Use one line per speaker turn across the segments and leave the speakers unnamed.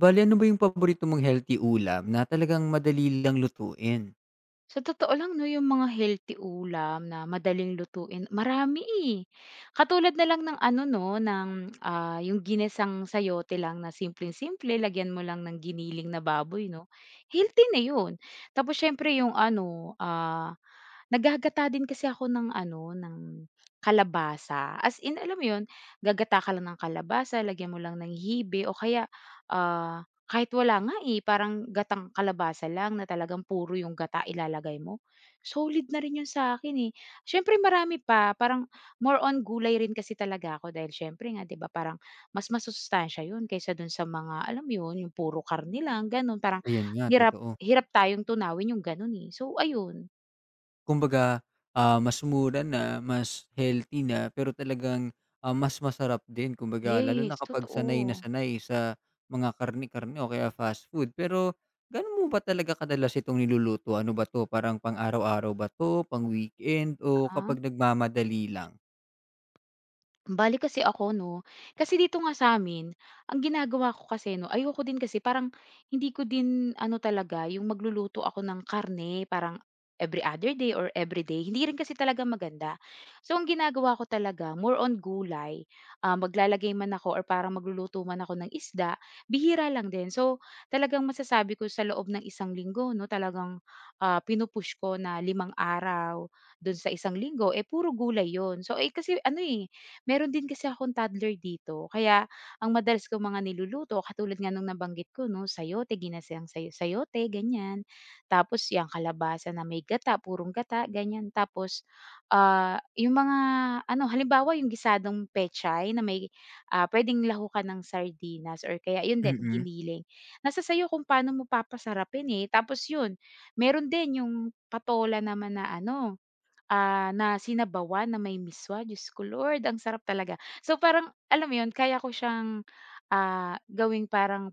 Bale ano ba yung paborito mong healthy ulam na talagang madali lang lutuin?
Sa totoo lang 'no, yung mga healthy ulam na madaling lutuin, marami, eh. Katulad na lang ng ano 'no, yung ginisang sayote lang na simpleng-simple, lagyan mo lang ng giniling na baboy 'no, healthy na yun. Tapos siyempre yung ano, naghahagata din kasi ako ng ano, ng kalabasa. As in, alam mo yun, gagata ka lang ng kalabasa, lagyan mo lang ng hibe o kaya, ah kahit wala nga, eh, parang gatang kalabasa lang na talagang puro yung gata ilalagay mo, solid na rin yun sa'kin, eh. Siyempre marami pa, parang more on gulay rin kasi talaga ako dahil siyempre nga 'di ba parang mas masusustansiya yun kaysa dun sa mga, alam mo yun, yung puro karne lang gano'n, parang
Ayun nga,
hirap
totoo.
hirap tayong tunawin yung gano'n, eh. So ayun.
Kumbaga, mas mura na, mas healthy na, pero talagang, mas masarap din. Kumbaga, lalo na
Yes,
kapag sanay na
totoo.
sanay sa mga karni karni o kaya fast food. Pero ganon mo ba talaga kadalas itong niluluto? Ano ba 'to, parang pang-araw-araw ba 'to, pang-weekend o
Ah.
kapag nagmamadali lang?
Bale kasi ako 'no, kasi dito nga sa'min, ang ginagawa ko kasi 'no, ayoko din kasi parang hindi ko din ano talaga yung magluluto ako ng karne parang every other day or every day, hindi rin kasi talaga maganda. So, ang ginagawa ko talaga more on gulay, maglalagay man ako or parang magluluto man ako ng isda, bihira lang din. So, talagang masasabi ko sa loob ng isang linggo 'no, talagang, pinu ko na 5 araw dun sa isang linggo, eh, puro gulay yon. So, eh, kasi ano, eh, meron din kasi akong toddler dito kaya ang madalas ko mga niluluto katulad nga nung nabanggit ko 'no, sayote, ginasang sayote ganyan. Tapos yung kalabasa na may gata, purong gata ganyan. Tapos, yung mga ano halimbawa yung gisadong pechay na may, pwedeng lahukan ng sardinas or kaya yun din
Mm.
giniling. Nasa sa'yo kung paano mo papasarapin, eh. Tapos yun, meron din yung patola naman na ano. Ah, na sinabawan na may miswa, Diyos ko Lord, ang sarap talaga. So, parang alam mo 'yun, kaya ko siyang, gawing parang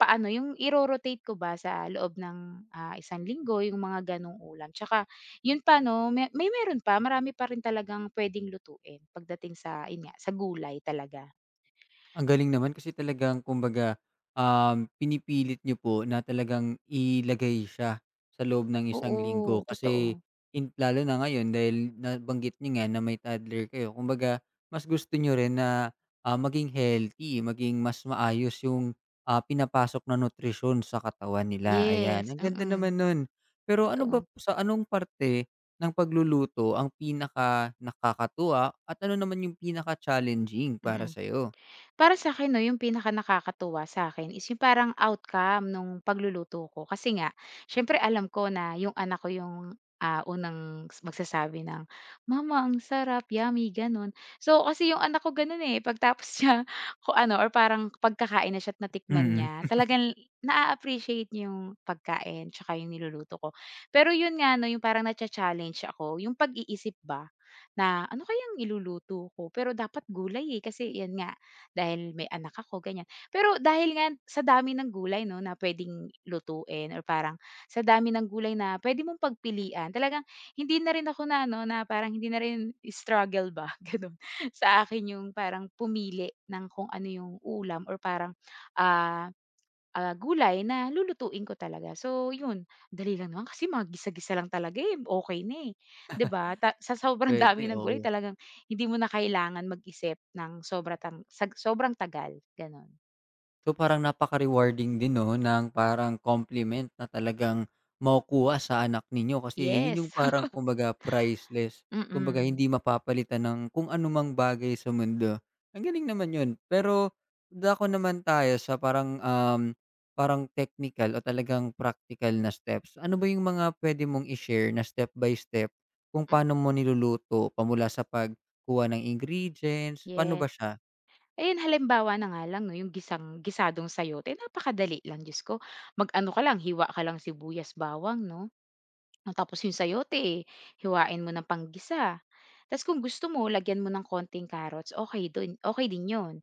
paano, yung iro-rotate ko ba sa loob ng, isang linggo, yung mga gano'ng ulam. Tsaka 'yun pa 'no, me may meron pa, marami pa rin talagang puwedeng lutuin pagdating sa 'yun nga, sa gulay talaga.
Ang galing naman kasi talagang kumbaga, pinipilit nyo po na talagang ilagay siya sa loob ng isang linggo
Oo,
kasi
totoo.
in lalo na ngayon dahil nabanggit nyo nga na may toddler kayo, kumbaga mas gusto nyo rin na, maging healthy, maging mas maayos yung, pinapasok na nutrisyon sa katawan nila, ayan.
Yes,
Ang ganda
mm.
naman nun. Pero ano ba
Totoo,
sa anong parte ng pagluluto ang pinaka nakakatuwa at ano naman yung pinaka-challenging para
mm.
sa'yo?
Para sa akin 'no, yung pinakanakakatuwa sa'kin is yung parang outcome nung pagluluto ko. Kasi nga siyempre alam ko na yung anak ko yung, unang magsasabi ng, "Mama ang sarap, yummy," gano'n. So, kasi yung anak ko gano'n, eh, pagtapos niya ko ano or parang pagkakain na siya at natikman
Mm,
niya, talagang na appreciate niya yung pagkain tsaka yung niluluto ko. Pero yun nga 'no, yung parang nacha-challenge ako, yung pag-iisip ba na, "Ano kayang iluluto ko?" Pero dapat gulay, eh, kasi 'yan nga dahil may anak ako, ganyan. Pero dahil nga sa dami ng gulay 'no, na puwedeng lutuin or parang sa dami ng gulay na puwede mong pagpilian, talagang hindi na rin ako na no na parang hindi na rin struggle ba, gano'n. Sa akin yung parang pumili ng kung ano yung ulam or parang, ah gulay na lulutuin ko talaga. So yun, dali lang naman kasi mga gisa-gisa lang talaga, eh, okay na, eh, 'di ba? Ta sa sobrang
puwede,
dami ng gulay
oo.
talagang hindi mo na kailangan mag-isip ng sobra tang sag sobrang tagal, gano'n.
So, parang napaka-rewarding din 'no, ng parang compliment na talagang makukuha sa anak ninyo kasi
Yes,
yun yung parang kumbaga priceless, kumbaga
mm.
hindi mapapalitan ng kung anumang bagay sa mundo. Ang galing naman yun. Pero dako naman tayo sa parang, parang technical o talagang praktikal na steps. Ano ba yung mga puwede mong i-share na step by step kung
M
paano mo niluluto pa mula sa pagkuha ng ingredients, paano
yes.
ba siya?
Ayun, halimbawa na nga lang 'no, yung gisang gisadong sayote napakadali lang, Diyos ko. Mag-ano ka lang, hiwa ka lang sibuyas, bawang 'no? Oh, tapos yung sayote, hiwain mo ng panggisa. Tapos kung gusto mo, lagyan mo ng konting carrots, okay dun okay din yun.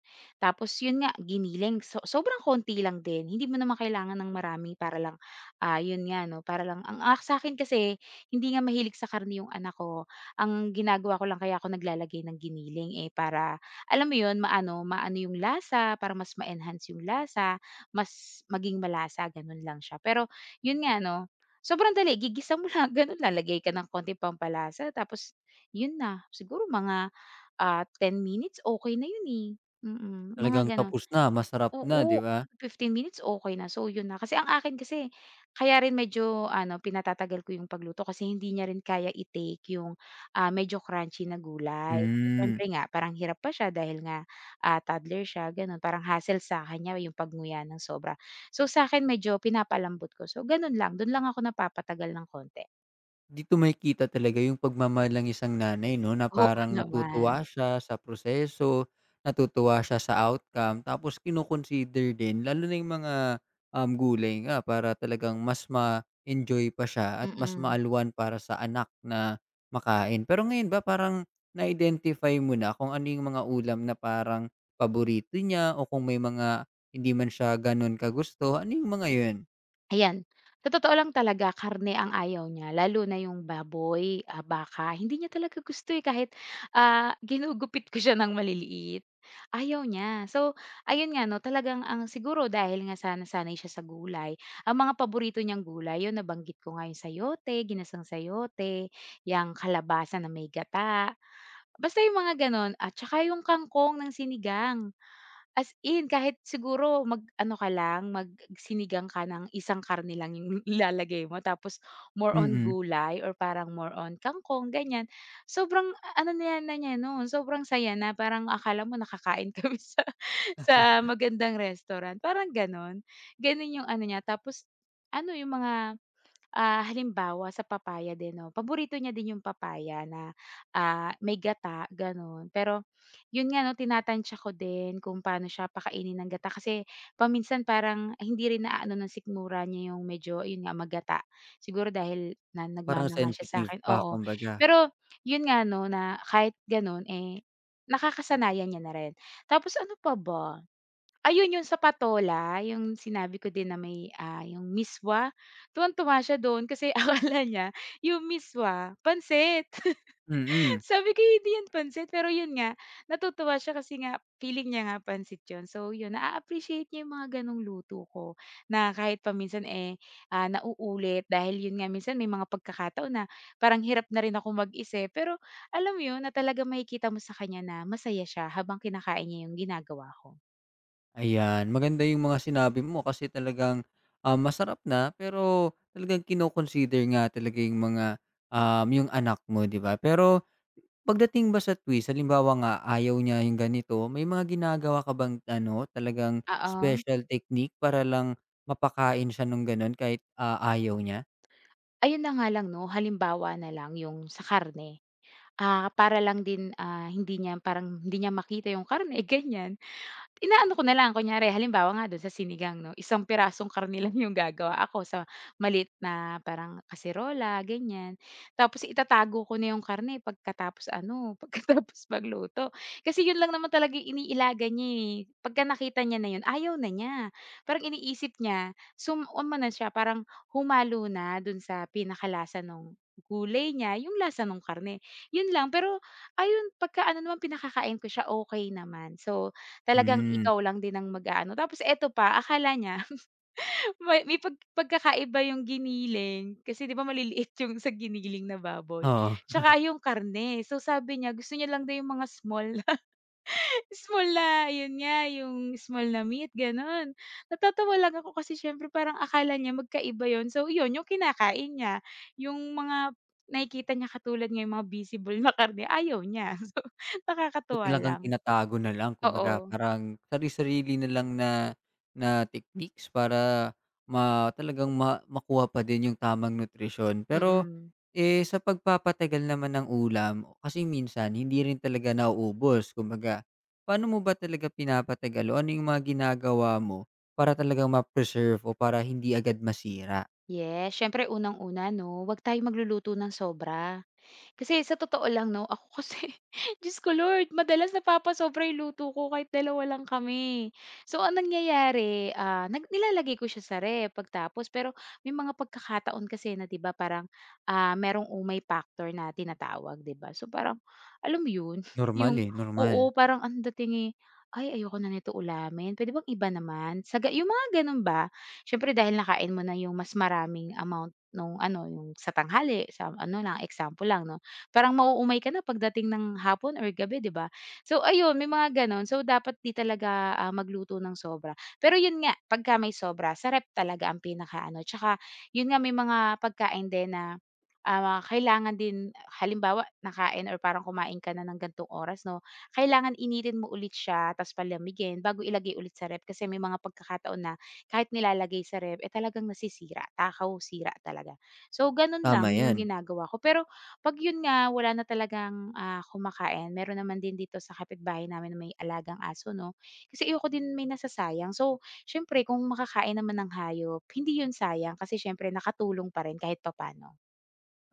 Tapos yun nga, giniling, so sobrang konti lang din, hindi mo naman kailangan ng marami para lang, yun nga 'no, para lang ang, sa akin kasi hindi nga mahilig sa karne yung anak ko. Ang ginagawa ko lang kaya ako naglalagay ng giniling, eh, para alam mo yun, maano maano yung lasa, para mas ma-enhance yung lasa, mas maging malasa, ganun lang siya. Pero yun nga 'no, sobrang dali, gigisa mo lang gano'n, lalagay ka ng konting pampalasa tapos 'yun na. Siguro mga, 10 minutes okay na 'yun, eh, mm, mga
Talagang
gano'n.
tapos na, masarap na, 'di
Oo,
ba?
15 minutes okey na. So, yun na. Kasi ang akin kasi kaya rin medyo ano, pinatatagal ko yung pagluto kasi hindi niya rin kaya i-take yung, medyo crunchy na gulay.
Hmm.
Siyempre nga parang hirap pa siya dahil nga, toddler siya gano'n. Parang hassle sa kanya yung pagnguya ng sobra. So, sa'kin medyo pinapalambot ko. So, gano'n lang. Don lang ako napapatagal ng konti.
Dito makikita talaga yung pagmamahal ng isang nanay 'no, na
Oo
parang
naman.
natutuwa siya sa proseso, natutuwa siya sa outcome, tapos kino-consider din lalo na yung mga, gulay nga para talagang mas ma-enjoy pa siya at mas
Mm.
maalwan para sa anak na makain. Pero ngayon ba parang na-identify mo na kung ano yung mga ulam na parang paborito niya o kung may mga hindi man siya gano'n kagusto, ano yung mga yun?
Ayan, sa totoo lang talaga karne ang ayaw niya lalo na yung baboy, ah, baka hindi niya talaga gusto, eh, kahit, ginugupit ko siya ng maliliit, ayaw niya. So, ayun nga 'no, talagang ang siguro dahil nga sa nasanay siya sa gulay, ang mga paborito niyang gulay yung nabanggit ko nga yung sayote, ginasang sayote, yung kalabasa na may gata, basta yung mga gano'n at saka yung kangkong ng sinigang. As in kahit siguro mag-ano ka lang, magsinigang ka ng isang karne lang yung ilalagay mo tapos more on
Mm.
gulay or parang more on kangkong ganyan. Sobrang ano na yan na niya nun, sobrang saya na parang akala mo nakakain kami sa magandang restaurant, parang gano'n. Gano'n yung ano niya tapos ano yung mga. Ah, halimbawa sa papaya din 'no, paborito niya din yung papaya na, may gata gano'n. Pero yun nga 'no, tinatantya ko din kung paano siya pakainin ng gata kasi paminsan parang hindi rin naaano ng sikmura niya yung medyo yun nga magata. Siguro dahil na
Parang
nagmana nga siya
sensitive
sa'kin,
pa
oo.
kumbaga.
Pero yun nga 'no, na kahit gano'n, eh, nakakasanayan niya na rin. Tapos ano pa ba? Ayun yung sa patola, yung sinabi ko din na may, yung miswa, tuwang-tuwa siya do'n kasi akala niya yung miswa pansit.
Mm.
Sabi ko, "Hindi yan pansit." Pero yun nga, natutuwa siya kasi nga feeling niya nga pansit yun. So yun, naa-appreciate niya yung mga gano'ng luto ko na kahit paminsan, eh, nauulit dahil yun nga minsan may mga pagkakataon na parang hirap na rin akong mag-isip. Pero alam mo yun, na talagang makikita mo sa kanya na masaya siya habang kinakain niya yung ginagawa ko.
Ayan, maganda yung mga sinabi mo kasi talagang, masarap na pero talagang kino-consider nga talaga yung mga, yung anak mo, 'di ba? Pero pagdating ba sa twist, halimbawa nga ayaw niya yung ganito, may mga ginagawa ka bang ano, talagang
Oo.
special technique para lang mapakain siya nung gano'n kahit, ayaw niya?
Ayun na nga lang 'no, halimbawa na lang yung sa karne, para lang din, ah, hindi niya parang hindi niya makita yung karne, ganyan. Inaano ko na lang kunyari halimbawa nga dun sa sinigang 'no, isang pirasong karne lang yung gagawa ako sa maliit na parang kaserola ganyan. Tapos itatago ko na yung karne pagkatapos ano, pagkatapos magluto. Kasi yun lang naman talaga yung iniilaga niya, eh, pagka nakita niya na yun ayaw na niya. Parang iniisip niya umano siya parang humalo na dun sa pinakalasa nung gulay niya, yung lasa nung karne, yun lang. Pero ayun pagka ano naman pinakakain ko siya okey naman. So talagang
Hmm,
ikaw lang din ang mag-aano. Tapos eto pa, akala niya may may pag pagkakaiba yung giniling, kasi 'di ba maliliit yung sa giniling na baboy,
oo.
tsaka yung karne. So sabi niya gusto niya lang daw yung mga small na small na yun nga, yung small na meat, gano'n. Natatawa lang ako kasi siyempre parang akala niya magkaiba yun. So yun, yung kinakain niya, yung mga nakikita niya katulad ng mga visible na karne, ayaw niya. So
So,
nakakatuwa
talagang
lang.
tinatago na lang kumbaga
Oo,
parang sari-sarili na lang na na techniques para talagang makuha pa din yung tamang nutrisyon. Pero,
mm.
eh, sa pagpapatagal naman ng ulam kasi minsan hindi rin talaga nauubos kumbaga, paano mo ba talaga pinapatagal o ano yung mga ginagawa mo para talagang ma-preserve o para hindi agad masira?
Yes, siyempre unang-una 'no, 'wag tayong magluluto ng sobra. Kasi sa totoo lang 'no, ako kasi Diyos ko Lord, madalas napapasobra yung luto ko kahit dalawa lang kami. So ang nangyayari, nilalagay ko siya sa ref pagtapos pero may mga pagkakataon kasi na 'di ba parang, merong umay factor na tinatawag 'di ba? So parang alam mo yun,
Normal,
yung
eh,
oo,
normal.
parang ang dating, eh, "Ay ayoko na nito ulamin, pwede bang iba naman?" Sa ga yung mga gano'n ba. Siyempre dahil nakain mo na yung mas maraming amount nung ano, yung sa tanghali, sa ano lang, example lang 'no, parang mauumay ka na pagdating ng hapon or gabi, 'di ba? So ayun, may mga gano'n. So dapat 'di talaga, magluto ng sobra. Pero 'yun nga, pagka may sobra, sa ref talaga ang pinaka ano. Tsaka 'yun nga, may mga pagkain din na, kailangan din halimbawa, nakain or parang kumain ka na ng gantong oras 'no, kailangan initin mo ulit siya tapos palamigin bago ilagay ulit sa rep, kasi may mga pagkakataon na kahit nilalagay sa rep, eh, talagang nasisira, takaw, sira talaga. So gano'n
Tama
lang 'yung
yan.
ginagawa ko. Pero 'pag yun nga, wala na talagang, kumakain, meron naman din dito sa kapitbahay namin na may alagang aso 'no, kasi ayoko din may nasasayang. So, siyempre kung makakain naman ng hayop, hindi yun sayang kasi siyempre nakatulong pa rin kahit papaano.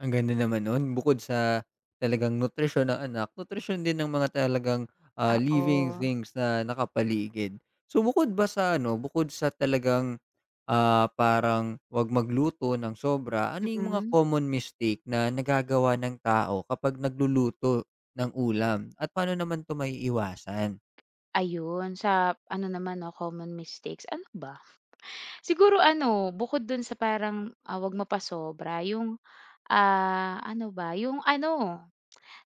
Ang ganda naman no'n bukod sa talagang nutrisyon ng anak, nutrisyon din ng mga talagang, living
Oo,
things na nakapaligid. So, bukod ba sa ano, bukod sa talagang, parang 'wag magluto ng sobra, ano yung mga
mm.
common mistake na nagagawa ng tao kapag nagluluto ng ulam at paano naman 'to maiiwasan?
Ayun, sa ano naman 'no, common mistakes, ano ba? Siguro ano, bukod dun sa parang, 'wag mapasobra, yung, ano ba, yung ano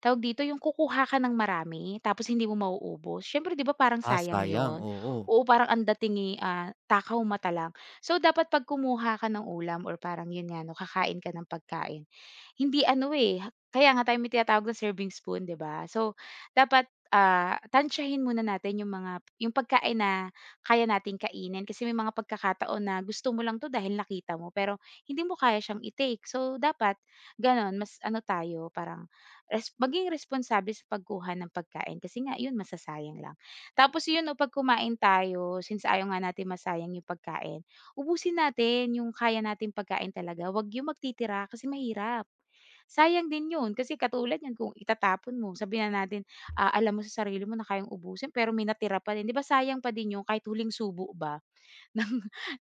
tawag dito, yung kukuha ka ng marami tapos hindi mo mauubos, siyempre 'di ba parang
Ah,
sayang
sayang,
yun?
oo.
Oo, parang ang dating, eh, ah, takaw mata lang. So, dapat 'pag kumuha ka ng ulam or parang yun nga 'no, kakain ka ng pagkain, hindi ano, eh, kaya nga tayo may tinatawag na serving spoon, 'di ba? So, dapat, tansyahin muna natin yung mga yung pagkain na kaya nating kainin kasi may mga pagkakataon na gusto mo lang 'to dahil nakita mo pero hindi mo kaya siyang i-take. So, dapat gano'n mas ano tayo, parang maging responsable sa pagkuha ng pagkain kasi nga yun masasayang lang. Tapos yun 'no, 'pag kumain tayo since ayaw nga natin masayang yung pagkain, ubusin natin yung kaya natin pagkain talaga, 'wag yung magtitira kasi mahirap. Sayang din yun kasi katulad niyan kung itatapon mo, sabihin na natin, ah, alam mo sa sarili mo na kayang ubusin pero may natira pa rin, 'di ba sayang pa din yun kahit huling subo ba ng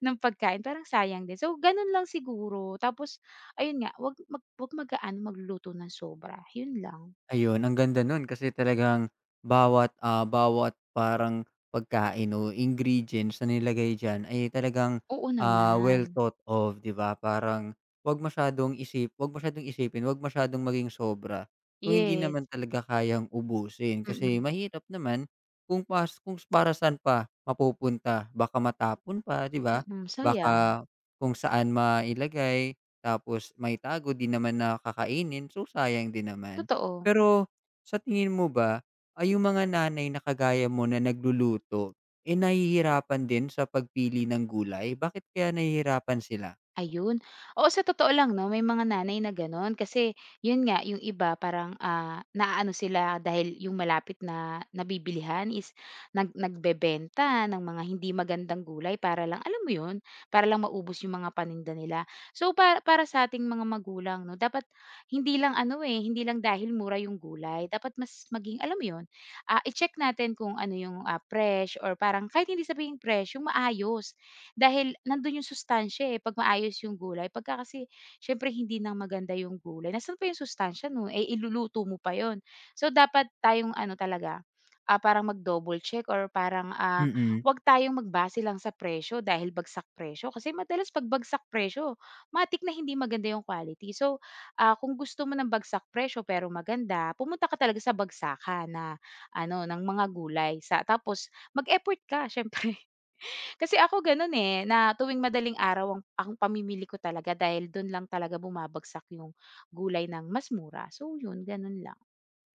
ng pagkain, parang sayang din. So ganun lang siguro tapos ayun nga, 'wag mag-aano magluluto ng sobra, yun lang.
Ayun, ang ganda nun kasi talagang bawat, bawat parang pagkain o ingredients na nilagay diyan ay talagang,
Oo naman.
well thought of, 'di ba? Parang 'wag masyadong isipin, 'wag masyadong maging sobra kung hindi naman
Yes.
talaga kayang ubusin. Kasi
Mm,
mahirap naman kung kung para saan pa mapupunta, baka matapon pa, 'di ba?
mm, sayang,
Baka kung saan mailagay tapos may tago 'di naman na kakainin, so sayang din naman.
totoo.
Pero sa tingin mo ba, ay yung mga nanay na kagaya mo na nagluluto, eh, nahihirapan din sa pagpili ng gulay? Bakit kaya nahihirapan sila?
Ayun. Oo, sa totoo lang 'no, may mga nanay na gano'n kasi 'yun nga, yung iba parang, naaano sila dahil yung malapit na nabibilihan is nagbebenta ng mga hindi magandang gulay para lang alam mo 'yun, para lang maubos yung mga paninda nila. So, para para sa ating mga magulang 'no, dapat hindi lang ano, eh, hindi lang dahil mura yung gulay, dapat mas maging alam mo 'yun, i-check natin kung ano yung, fresh or parang kahit hindi sabihin fresh, yung maayos. Dahil nandun yung sustansya, eh, 'pag maayos yung gulay. Pagka kasi siyempre hindi nang maganda yung gulay, nasaan pa yung sustansya nun, eh, iluluto mo pa yon. So, dapat tayong ano talaga, parang mag-double check or parang,
Mm.
'wag tayong magbase lang sa presyo dahil bagsak presyo. Kasi madalas 'pag bagsak presyo, matik na hindi maganda yung quality. So, kung gusto mo ng bagsak presyo pero maganda, pumunta ka talaga sa bagsakan na ano, ng mga gulay sa tapos mag-effort ka siyempre. Kasi ako gano'n, eh, na tuwing madaling araw ang pamimili ko talaga dahil do'n lang talaga bumabagsak yung gulay ng mas mura. So 'yun, gano'n lang.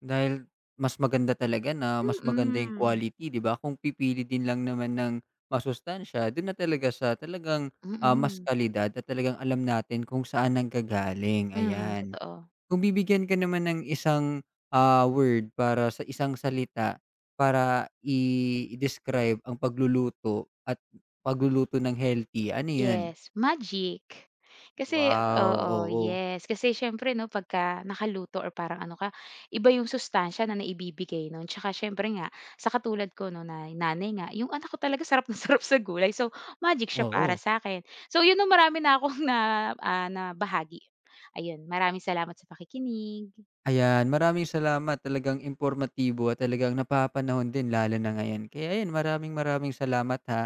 Dahil mas maganda talaga na mas maganda yung
Mm.
quality, 'di ba? Kung pipili din lang naman ng masustansya do'n na talaga sa talagang, mas
Mm.
kalidad at talagang alam natin kung saan ang nanggagaling,
Mm,
ayan.
totoo.
Kung bibigyan ka naman ng isang, word para sa isang salita para i-describe ang pagluluto at pagluluto ng healthy, ano 'yun?
Yes, magic. Kasi
Wow! Wow,
oo,
oo,
yes. Kasi siyempre 'no, pagka nakaluto or parang ano ka, iba yung sustansya na naibibigay nun. Tsaka siyempre nga, sa katulad ko 'no, na nanay nga, yung anak ko talaga sarap na sarap sa gulay. So, magic siya para
oo.
sa akin. So yun 'no, marami na akong na, na bahagi. Ayun, maraming salamat sa pakikinig.
Ayan, maraming salamat talagang impormatibo at talagang napapanahon din lalo na ngayon. Kaya ayan, maraming maraming salamat ha.